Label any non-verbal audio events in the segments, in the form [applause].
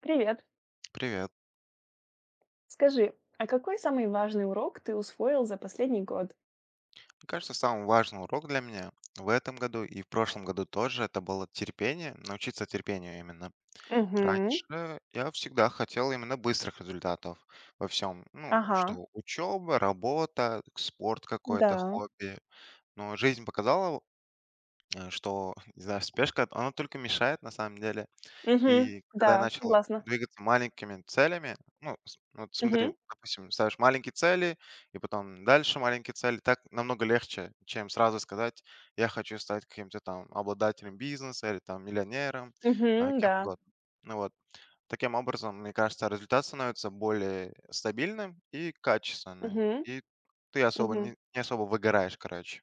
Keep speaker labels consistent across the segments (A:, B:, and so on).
A: Привет.
B: Привет.
A: Скажи, а какой самый важный урок ты усвоил за последний год?
B: Мне кажется, самый важный урок для меня в этом году и в прошлом году тоже это было терпение, научиться терпению именно.
A: Угу.
B: Раньше я всегда хотел именно быстрых результатов во всем. Ну,
A: Ага.
B: что учеба, работа, спорт какой-то,
A: Да.
B: хобби. Но жизнь показала, что, [laughs] не знаю, спешка, она только мешает на самом деле.
A: Угу.
B: И когда я
A: Да,
B: начал вот
A: согласна.
B: двигаться маленькими целями, ну, с ну, вот смотри,
A: Угу.
B: допустим, ставишь маленькие цели и потом дальше маленькие цели, так намного легче, чем сразу сказать: "Я хочу стать каким-то там обладателем бизнеса или там миллионером",
A: Угу.
B: кем
A: Да.
B: угодно. Ну вот. Таким образом, мне кажется, результат становится более стабильным и качественным,
A: Угу.
B: и ты особо
A: Угу.
B: не особо выгораешь, короче.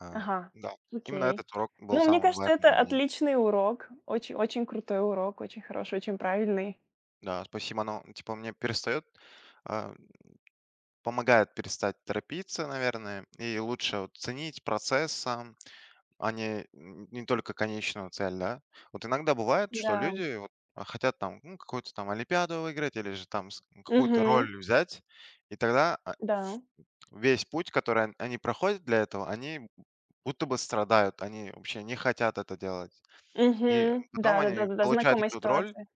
B: А,
A: Ага.
B: да, именно
A: Окей.
B: этот урок был
A: Ну, мне
B: самым
A: кажется,
B: важным
A: это
B: для меня.
A: отличный урок. Очень, очень крутой урок, очень хороший, очень правильный.
B: Да, спасибо. Оно, типа, а, помогает перестать торопиться, наверное, и лучше вот ценить процесс сам, а не только конечную цель, да. Вот иногда бывает, что
A: Да.
B: люди хотят там ну, какую-то там олимпиаду выиграть или же там какую-то
A: Угу.
B: роль взять, и тогда
A: Да.
B: весь путь, который они проходят для этого, они будто бы страдают, они вообще не хотят это делать.
A: Угу.
B: И
A: Да,
B: потом
A: да, да,
B: они
A: да, да.
B: получают
A: Знакомая
B: эту роль,
A: ситуация.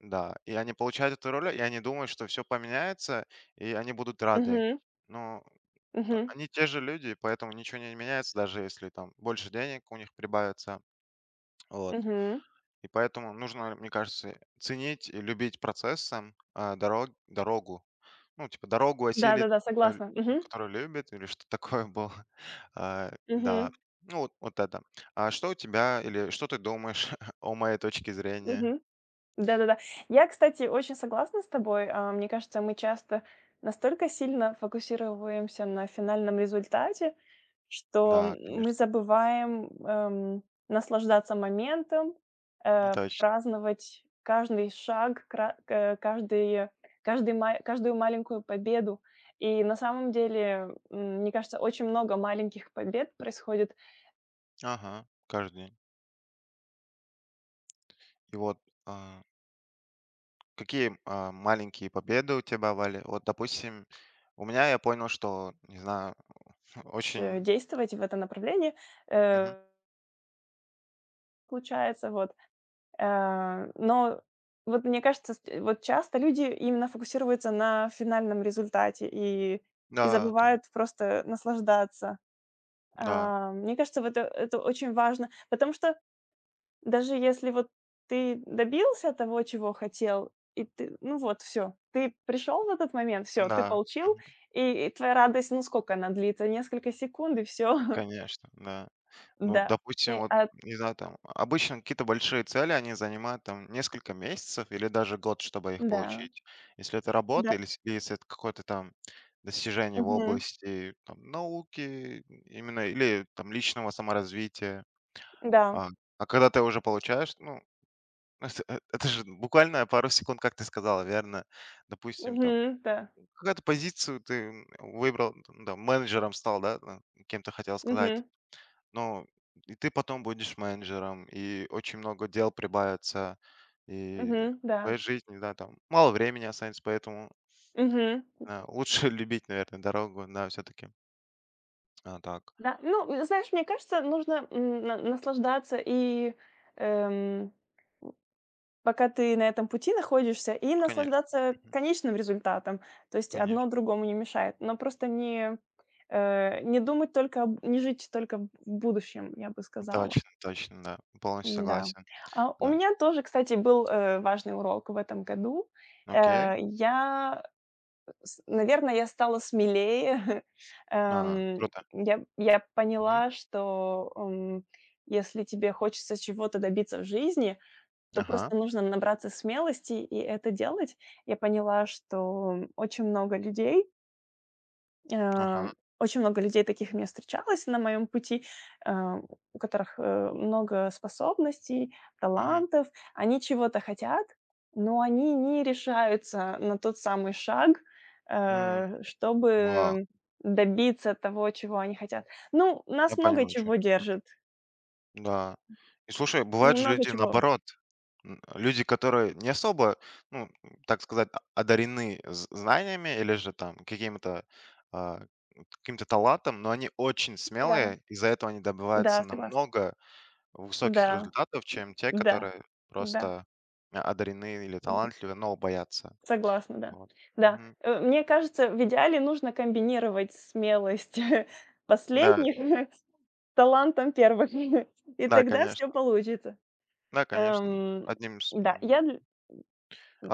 B: да, и они получают эту роль, и они думают, что все поменяется, и они будут рады.
A: Угу.
B: Ну, но
A: Угу.
B: они те же люди, поэтому ничего не меняется, даже если там больше денег у них прибавится. Вот.
A: Угу.
B: И поэтому нужно, мне кажется, ценить и любить процесс сам, дорогу. Ну, типа дорогу
A: Да, да,
B: осилит,
A: да,
B: э, л-
A: согласна. Угу.
B: которую любит или что такое было. [laughs] А, да,
A: Угу.
B: ну вот вот это. А что у тебя или что ты думаешь [laughs] о моей точке зрения?
A: Угу. Да-да-да. Я, кстати, очень согласна с тобой. Мне кажется, мы часто настолько сильно фокусируемся на финальном результате, что
B: Да,
A: мы
B: конечно,
A: забываем наслаждаться моментом,
B: ну точно.
A: праздновать каждый шаг, каждую маленькую победу. И на самом деле, мне кажется, очень много маленьких побед происходит.
B: Ага, каждый день. И вот а, какие маленькие победы у тебя бывали? Вот, допустим, у меня я понял, что, не знаю, [laughs] очень...
A: Действовать в это направление
B: Мгм.
A: э, получается. Вот. Но вот мне кажется, ст вот часто люди именно фокусируются на финальном результате и
B: Да,
A: забывают просто наслаждаться.
B: да,
A: Мне кажется, вот это очень важно, потому что даже если вот ты добился того, чего хотел, и ты ну вот все, ты пришел в этот момент, все, ты
B: да,
A: получил, и твоя радость, ну сколько она длится? Несколько секунд и все? [laughs]
B: конечно, да. Ну,
A: Да.
B: допустим,
A: И,
B: вот,
A: а,
B: не знаю, там, обычно какие-то большие цели, они занимают там несколько месяцев или даже год, чтобы их
A: да,
B: получить. Если это
A: да,
B: работа или если это какое-то там достижение в
A: мгм,
B: области там, науки, именно, или там личного саморазвития.
A: да,
B: А, а когда ты уже получаешь, ну, [laughs] это, это же буквально пару секунд, как ты сказала, верно? Допустим, там,
A: мгм, да,
B: какую-то позицию ты выбрал, там, да, менеджером стал, да, ну, кем-то хотел
A: мгм.
B: сказать, но и ты потом будешь менеджером, и очень много дел прибавится, и
A: Мгм.
B: в
A: Да.
B: твоей жизни, да, там, мало времени останется, поэтому
A: Мгм.
B: лучше [laughs] любить, наверное, дорогу, да, все-таки. А, так,
A: Да. Ну, знаешь, мне кажется, нужно, м, на наслаждаться и, эм, пока ты на этом пути находишься, и
B: конечно,
A: наслаждаться
B: мгм,
A: конечным результатом. То есть одно
B: конечно.
A: другому не мешает. Но просто не думать только об не жить только в будущем, я бы сказала.
B: Точно, точно, да, полностью
A: Да.
B: согласен,
A: У
B: да.
A: меня тоже, кстати, был, важный урок в этом году.
B: Окей,
A: Э, я С наверно, я стала смелее. [laughs] Эм,
B: круто.
A: я я
B: Мгм.
A: поняла, что, если тебе хочется чего-то добиться в жизни, то
B: Ага,
A: просто нужно набраться смелости и это делать. Я поняла, что
B: ага.
A: Э, очень много людей таких у меня встречалось на моем пути, э, у которых, много способностей,
B: Мгм.
A: талантов. Они чего-то хотят, но они не решаются на тот самый шаг,
B: М. Вау,
A: чтобы добиться того, чего они хотят. Ну, нас
B: я
A: много
B: понимаю, о чём
A: чего держит,
B: ты. Да. И слушай, бывают же
A: много
B: люди
A: чего.
B: наоборот. Люди, которые не особо, ну, так сказать, о одарены з знаниями или же там а, каким-то талантом, но они очень
A: Да,
B: смелые. Из-за этого они добиваются
A: да, согласна.
B: намного
A: Да,
B: высоких результатов, чем те,
A: да,
B: которые
A: да.
B: просто, одарены или талантливы, но боятся.
A: Согласна, да.
B: Вот.
A: Да.
B: Мгм.
A: Мне кажется, в идеале нужно комбинировать смелость [laughs]
B: Да,
A: последних [laughs] с талантом первых, [laughs] и
B: да,
A: тогда все
B: конечно.
A: получится.
B: Да, конечно.
A: Эм,
B: Одним из,
A: да, я
B: м
A: дл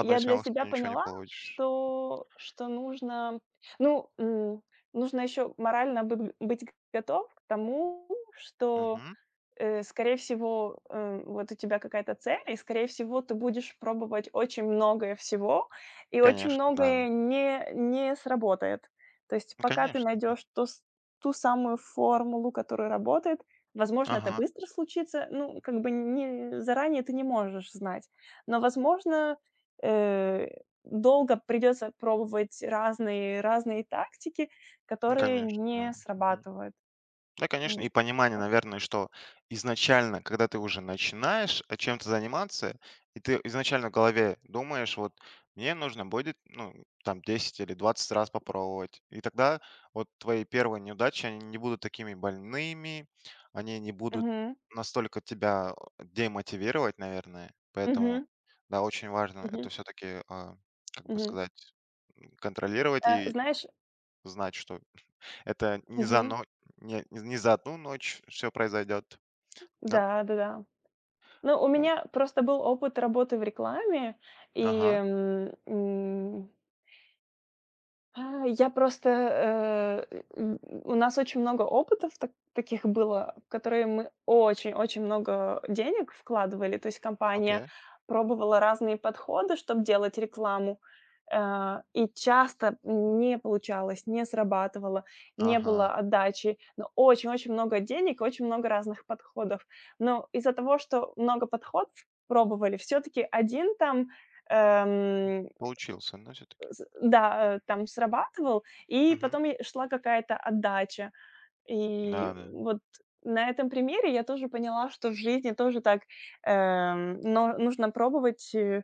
A: я для себя
B: смелостью ничего не
A: поняла,
B: получишь.
A: что нужно, ну, нужно еще морально бы быть готов к тому, что
B: Мгм.
A: скорее всего, вот у тебя какая-то цель, и, скорее всего, ты будешь пробовать очень многое всего, и очень
B: Конечно, да.
A: многое не сработает. То есть
B: Ну,
A: пока ты
B: конечно.
A: найдешь ту самую формулу, которая работает, возможно, это
B: Ага.
A: быстро случится, ну, как бы не, заранее ты не можешь знать, но, возможно, э, долго придется пробовать разные тактики,
B: Ну,
A: которые
B: конечно,
A: не
B: да. Мгм.
A: срабатывают.
B: Да, конечно,
A: М,
B: и понимание,
A: а
B: наверное, что изначально, когда ты уже начинаешь чем-то заниматься, и ты изначально в голове думаешь, вот мне нужно будет, ну, там, 10 или 20 раз попробовать. И тогда вот твои первые неудачи, они не будут такими больными, они не будут
A: Мгм.
B: настолько тебя демотивировать, наверное. Поэтому,
A: Мгм.
B: да, очень важно
A: Мгм.
B: это все-таки, как бы
A: Мгм.
B: сказать, контролировать
A: Э,
B: и
A: знаешь
B: знать, что это не за
A: Мгм.
B: но не не за 1 ночь все произойдет, да?
A: Да, да-да. Ну, у
B: Ну,
A: меня просто был опыт работы в рекламе, и,
B: ага,
A: я просто, м, у нас очень много опытов таких было, в которые мы очень-очень много денег вкладывали. То есть компания
B: окей,
A: пробовала разные подходы, чтобы делать рекламу, и часто не получалось, не срабатывало, не было
B: ага,
A: отдачи. Но очень-очень много денег, очень много разных подходов. Но из-за того, что много подходов пробовали, все таки один там, эм,
B: получился, но все таки
A: з да, там срабатывал, и потом и шла какая-то отдача. И
B: да-да.
A: вот на этом примере я тоже поняла, что в жизни тоже так, но нужно пробовать, э,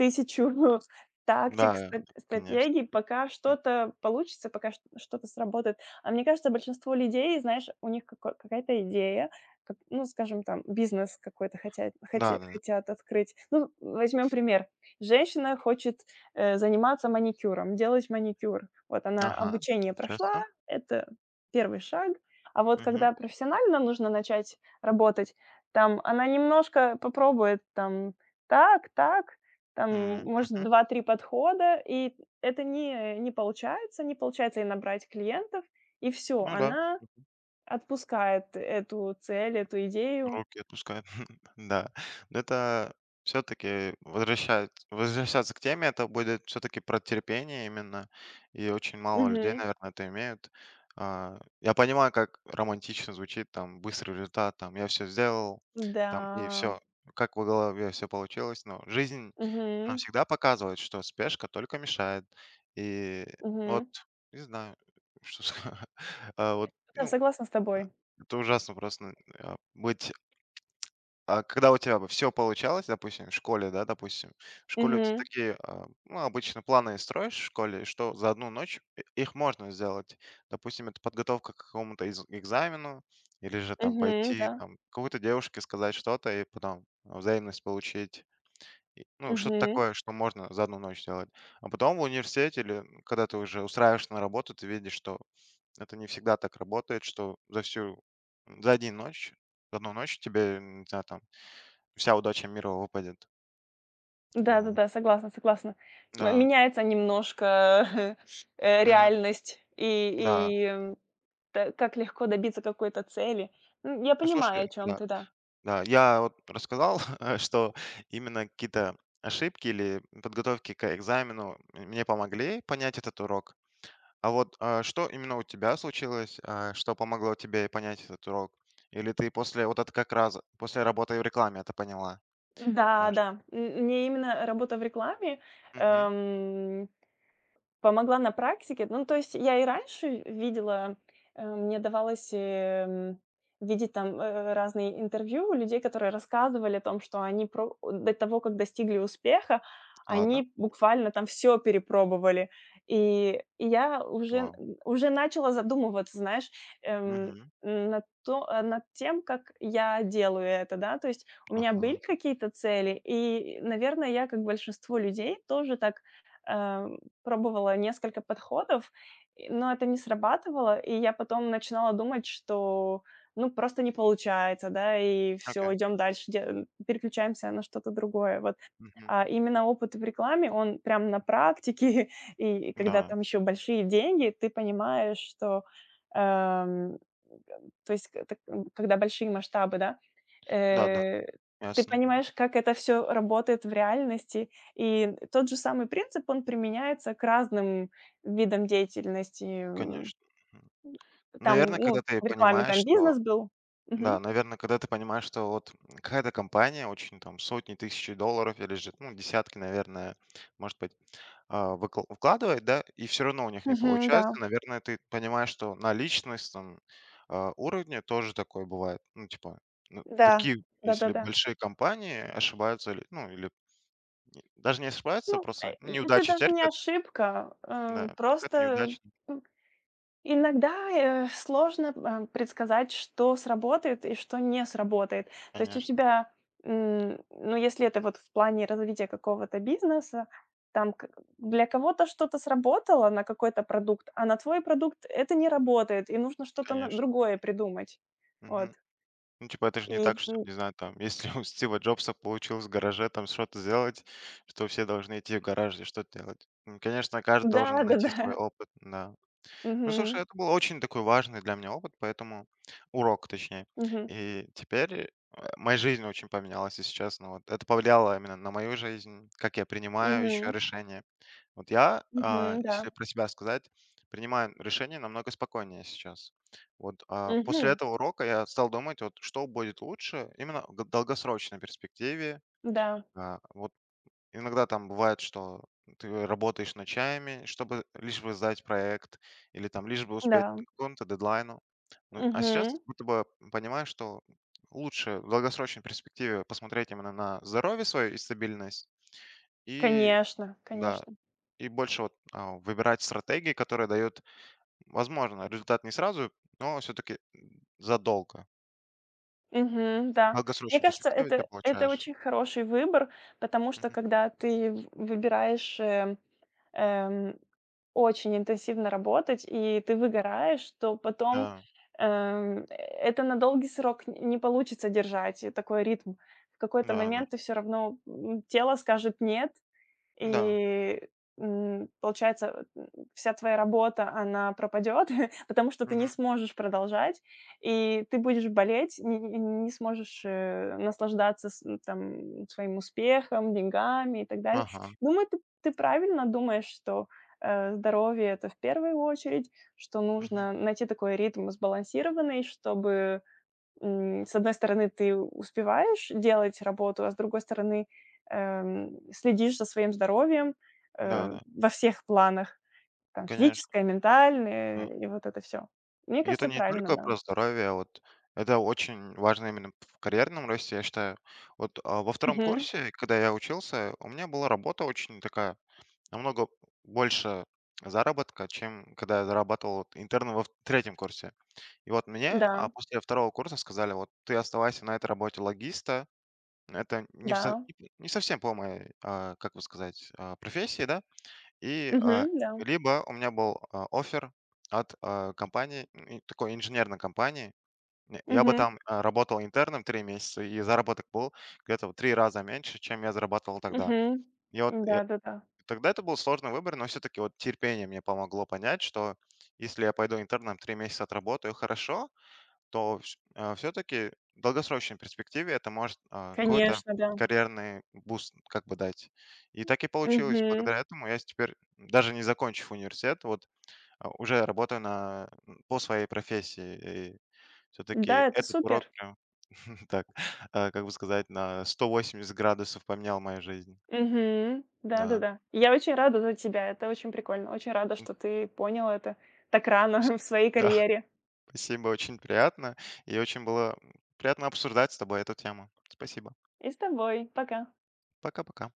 A: Тысячу [laughs] тактик,
B: Да,
A: ста
B: конечно.
A: стратегий, пока
B: М.
A: что-то получится, пока чт что-то сработает. А мне кажется, большинство людей, знаешь, у них како какая-то идея, как, ну, скажем, там, бизнес какой-то
B: Да-да-да.
A: хотят открыть. Ну, возьмем пример. Женщина хочет, заниматься маникюром, делать маникюр. Вот она
B: Ага,
A: обучение прошла,
B: интересно.
A: это первый шаг. А вот
B: Мгм.
A: когда профессионально нужно начать работать, там она немножко попробует там так, так, там,
B: М,
A: может,
B: мгм.
A: два-три подхода, и это не получается, не получается ей набрать клиентов, и все,
B: Ну да,
A: она отпускает эту цель, эту идею.
B: руки отпускает. Да, но это все-таки возвращаться к теме, это будет все-таки про терпение именно, и очень мало людей,
A: Мгм.
B: наверное, это имеют. Я понимаю, как романтично звучит, там, быстрый результат, там, я все сделал,
A: Да.
B: там, и все, как в голове все получилось, но жизнь нам
A: Мгм.
B: всегда показывает, что спешка только мешает, и
A: Мгм.
B: вот, не знаю, [laughs] что сказать. А, вот,
A: Да,
B: ну,
A: согласна с тобой.
B: это ужасно просто быть когда у тебя бы все получалось, допустим, в школе, да, допустим, в школе у тебя
A: Мгм.
B: такие, ну, обычно планы строишь в школе, что за одну ночь и их можно сделать. Допустим, это подготовка к какому-то из экзамену или же там
A: Мгм.
B: пойти,
A: Да.
B: там, какой-то девушке сказать что-то и потом взаимность получить. И, ну, что-то
A: Мгм.
B: такое, что можно за одну ночь сделать. А потом в университете или когда ты уже устраиваешься на работу, ты видишь, что это не всегда так работает, что за всю за один ночь за 1 ночь тебе, не знаю, там вся удача мира выпадет. Вот.
A: Да-да-да, согласна, согласна. М
B: Да.
A: меняется немножко, [laughs]
B: Мгм.
A: реальность
B: Да.
A: и, м, т как легко добиться какой-то цели. Я
B: Ну, слушай,
A: понимаю, о чем
B: да,
A: ты, да.
B: да, я вот рассказал, [laughs] что именно какие-то ошибки или подготовки к экзамену мне помогли понять этот урок. А вот, что именно у тебя случилось, что помогло тебе понять этот урок? Или ты после вот это как раз после работы в рекламе это поняла?
A: Да,
B: Маш?
A: да. Мне именно работа в рекламе,
B: Мгм.
A: эм Помогла на практике. Ну, то есть я и раньше видела, мне давалось, видеть там, разные интервью людей, которые рассказывали о том, что они про до того, как достигли успеха,
B: Ладно.
A: они буквально там все перепробовали. И
B: Вау.
A: уже начала задумываться, знаешь, эм,
B: Мгм.
A: над тем, как я делаю это, да. То есть у меня были
B: Ага.
A: какие-то цели, и, наверное, я, как большинство людей, тоже так, э, пробовала несколько подходов, но это не срабатывало. И я потом начинала думать, что, ну, просто не получается, да, и все,
B: Окей.
A: идем дальше, де переключаемся на что-то другое. Вот,
B: Мгм.
A: а именно опыт в рекламе, он прям на практике, [laughs] и когда
B: Да.
A: там еще большие деньги, ты понимаешь, что, эм, то есть, к так, когда большие масштабы, да,
B: Да-да.
A: э, ты
B: Ясно. Мгм.
A: понимаешь, как это все работает в реальности, и тот же самый принцип, он применяется к разным видам деятельности. М,
B: Конечно.
A: там,
B: Наверное,
A: ну,
B: когда ты
A: в рекламе
B: понимаешь,
A: там
B: что
A: бизнес был. Мгм.
B: да, наверное, когда ты понимаешь, что вот какая-то компания очень там сотни, тысяч долларов или же, ну, десятки, наверное, может быть, а, выкл вкладывает, да, и все равно у них не
A: Мгм, да.
B: получается. Наверное, ты понимаешь, что на личностном, уровне тоже такое бывает. Ну, типа, ну,
A: Да.
B: такие, если
A: Да-да-да.
B: большие компании ошибаются или, ну, или не даже не ошибаются,
A: Ну,
B: просто
A: и это
B: неудачи
A: даже не
B: терпят.
A: ошибка,
B: Да, какая-то
A: просто
B: неудача.
A: иногда, сложно, предсказать, что сработает и что не сработает. То есть у
B: Конечно,
A: тебя, ну, если это вот в плане развития какого-то бизнеса, там к для кого-то что-то сработало на какой-то продукт, а на твой продукт это не работает, и нужно что-то на
B: конечно.
A: другое придумать. Вот.
B: Мгм. Ну, типа, это же
A: И,
B: не так, что, не знаю, там, [laughs] если у Стива Джобса получилось в гараже там что-то сделать, что все должны идти в гараж и что-то делать. Конечно, каждый должен найти свой
A: да-да-да. [laughs]
B: опыт, да. Ну, слушай,
A: Мгм.
B: это был очень такой важный для меня опыт, поэтому урок, точнее.
A: Мгм.
B: И теперь моя жизнь очень поменялась, если честно. Вот это повлияло именно на мою жизнь, как я принимаю еще
A: Мгм.
B: решения. Вот я,
A: Мгм. Да.
B: если про себя сказать, принимаю решение намного спокойнее сейчас. После
A: Мгм.
B: этого урока я стал думать, вот что будет лучше именно долгосрочной перспективе.
A: Да.
B: Вот иногда там бывает, что ты работаешь ночами, чтобы лишь бы сдать проект или там лишь бы успеть
A: Да.
B: к какому-то дедлайну. Ну, а сейчас
A: Мгм.
B: будто бы понимаю, что лучше в долгосрочной перспективе посмотреть именно на здоровье свое и стабильность. И
A: Конечно,
B: да,
A: конечно.
B: и больше вот, выбирать стратегии, которые дают, возможно, результат не сразу, но все-таки задолго.
A: Мгм,
B: В
A: да. Мне
B: долгосрочной
A: кажется,
B: перспективе ты
A: это
B: получаешь.
A: очень хороший выбор, потому что
B: Мгм.
A: когда ты в выбираешь, эм, очень интенсивно работать и ты выгораешь, то потом,
B: Да,
A: эм, это на долгий срок н не получится держать, такой ритм. В какой-то
B: да, да,
A: момент ты все равно, тело скажет "нет".
B: да.
A: И, получается, вся твоя работа, она пропадет, [laughs] потому что ты не
B: Мгм.
A: сможешь продолжать, и ты будешь болеть, не сможешь, наслаждаться там своим успехом, деньгами и так далее.
B: Ага.
A: Думаю, ты правильно думаешь, что, здоровье- это в первую очередь, что
B: Мгм.
A: нужно найти такой ритм сбалансированный, чтобы с одной стороны, ты успеваешь делать работу, а с другой стороны, следишь за своим здоровьем,
B: Да-да.
A: во всех планах, там,
B: Конечно,
A: физическое, ментальное
B: да.
A: и вот это все. Мне
B: И это
A: кажется,
B: не
A: правильно,
B: только
A: да.
B: про здоровье, а вот это очень важно именно в карьерном росте, я считаю. Вот, во втором
A: Мгм.
B: курсе, когда я учился, у меня была работа очень такая, намного больше заработка, чем когда я зарабатывал вот интерном во в третьем курсе. И вот мне,
A: Да,
B: после второго курса сказали: "Вот ты оставайся на этой работе логиста". Это не в со
A: да.
B: не совсем по моей, как бы сказать, профессии, да. И,
A: Мгм, да.
B: либо у меня был, офер от, компании, такой инженерной компании. Я бы
A: Мгм,
B: там, работал интерном 3 месяца, и заработок был где-то в 3 раза меньше, чем я зарабатывал тогда.
A: мгм.
B: И вот я
A: Да-да-да.
B: тогда это был сложный выбор, но все таки вот терпение мне помогло понять, что если я пойду интерном, 3 месяца отработаю- хорошо, то все-таки в долгосрочной перспективе это может какой-то
A: Конечно, да.
B: карьерный буст как бы дать. И так и получилось.
A: Мгм.
B: Благодаря этому я теперь, даже не закончив университет, вот уже работаю на, по своей профессии. И все-таки
A: Да, это
B: этот урок
A: супер.
B: прям, [laughs] так, как бы сказать, на 180 градусов поменял мою жизнь.
A: Мгм.
B: Да.
A: Да-да-да. Я очень рада за тебя. Это очень прикольно. Очень рада,
B: М,
A: что
B: то
A: ты понял это так рано
B: есть-
A: [laughs] в своей
B: да, [laughs]
A: карьере.
B: спасибо, очень приятно. И очень было приятно обсуждать с тобой эту тему. Спасибо.
A: И с тобой. Пока.
B: Пока-пока.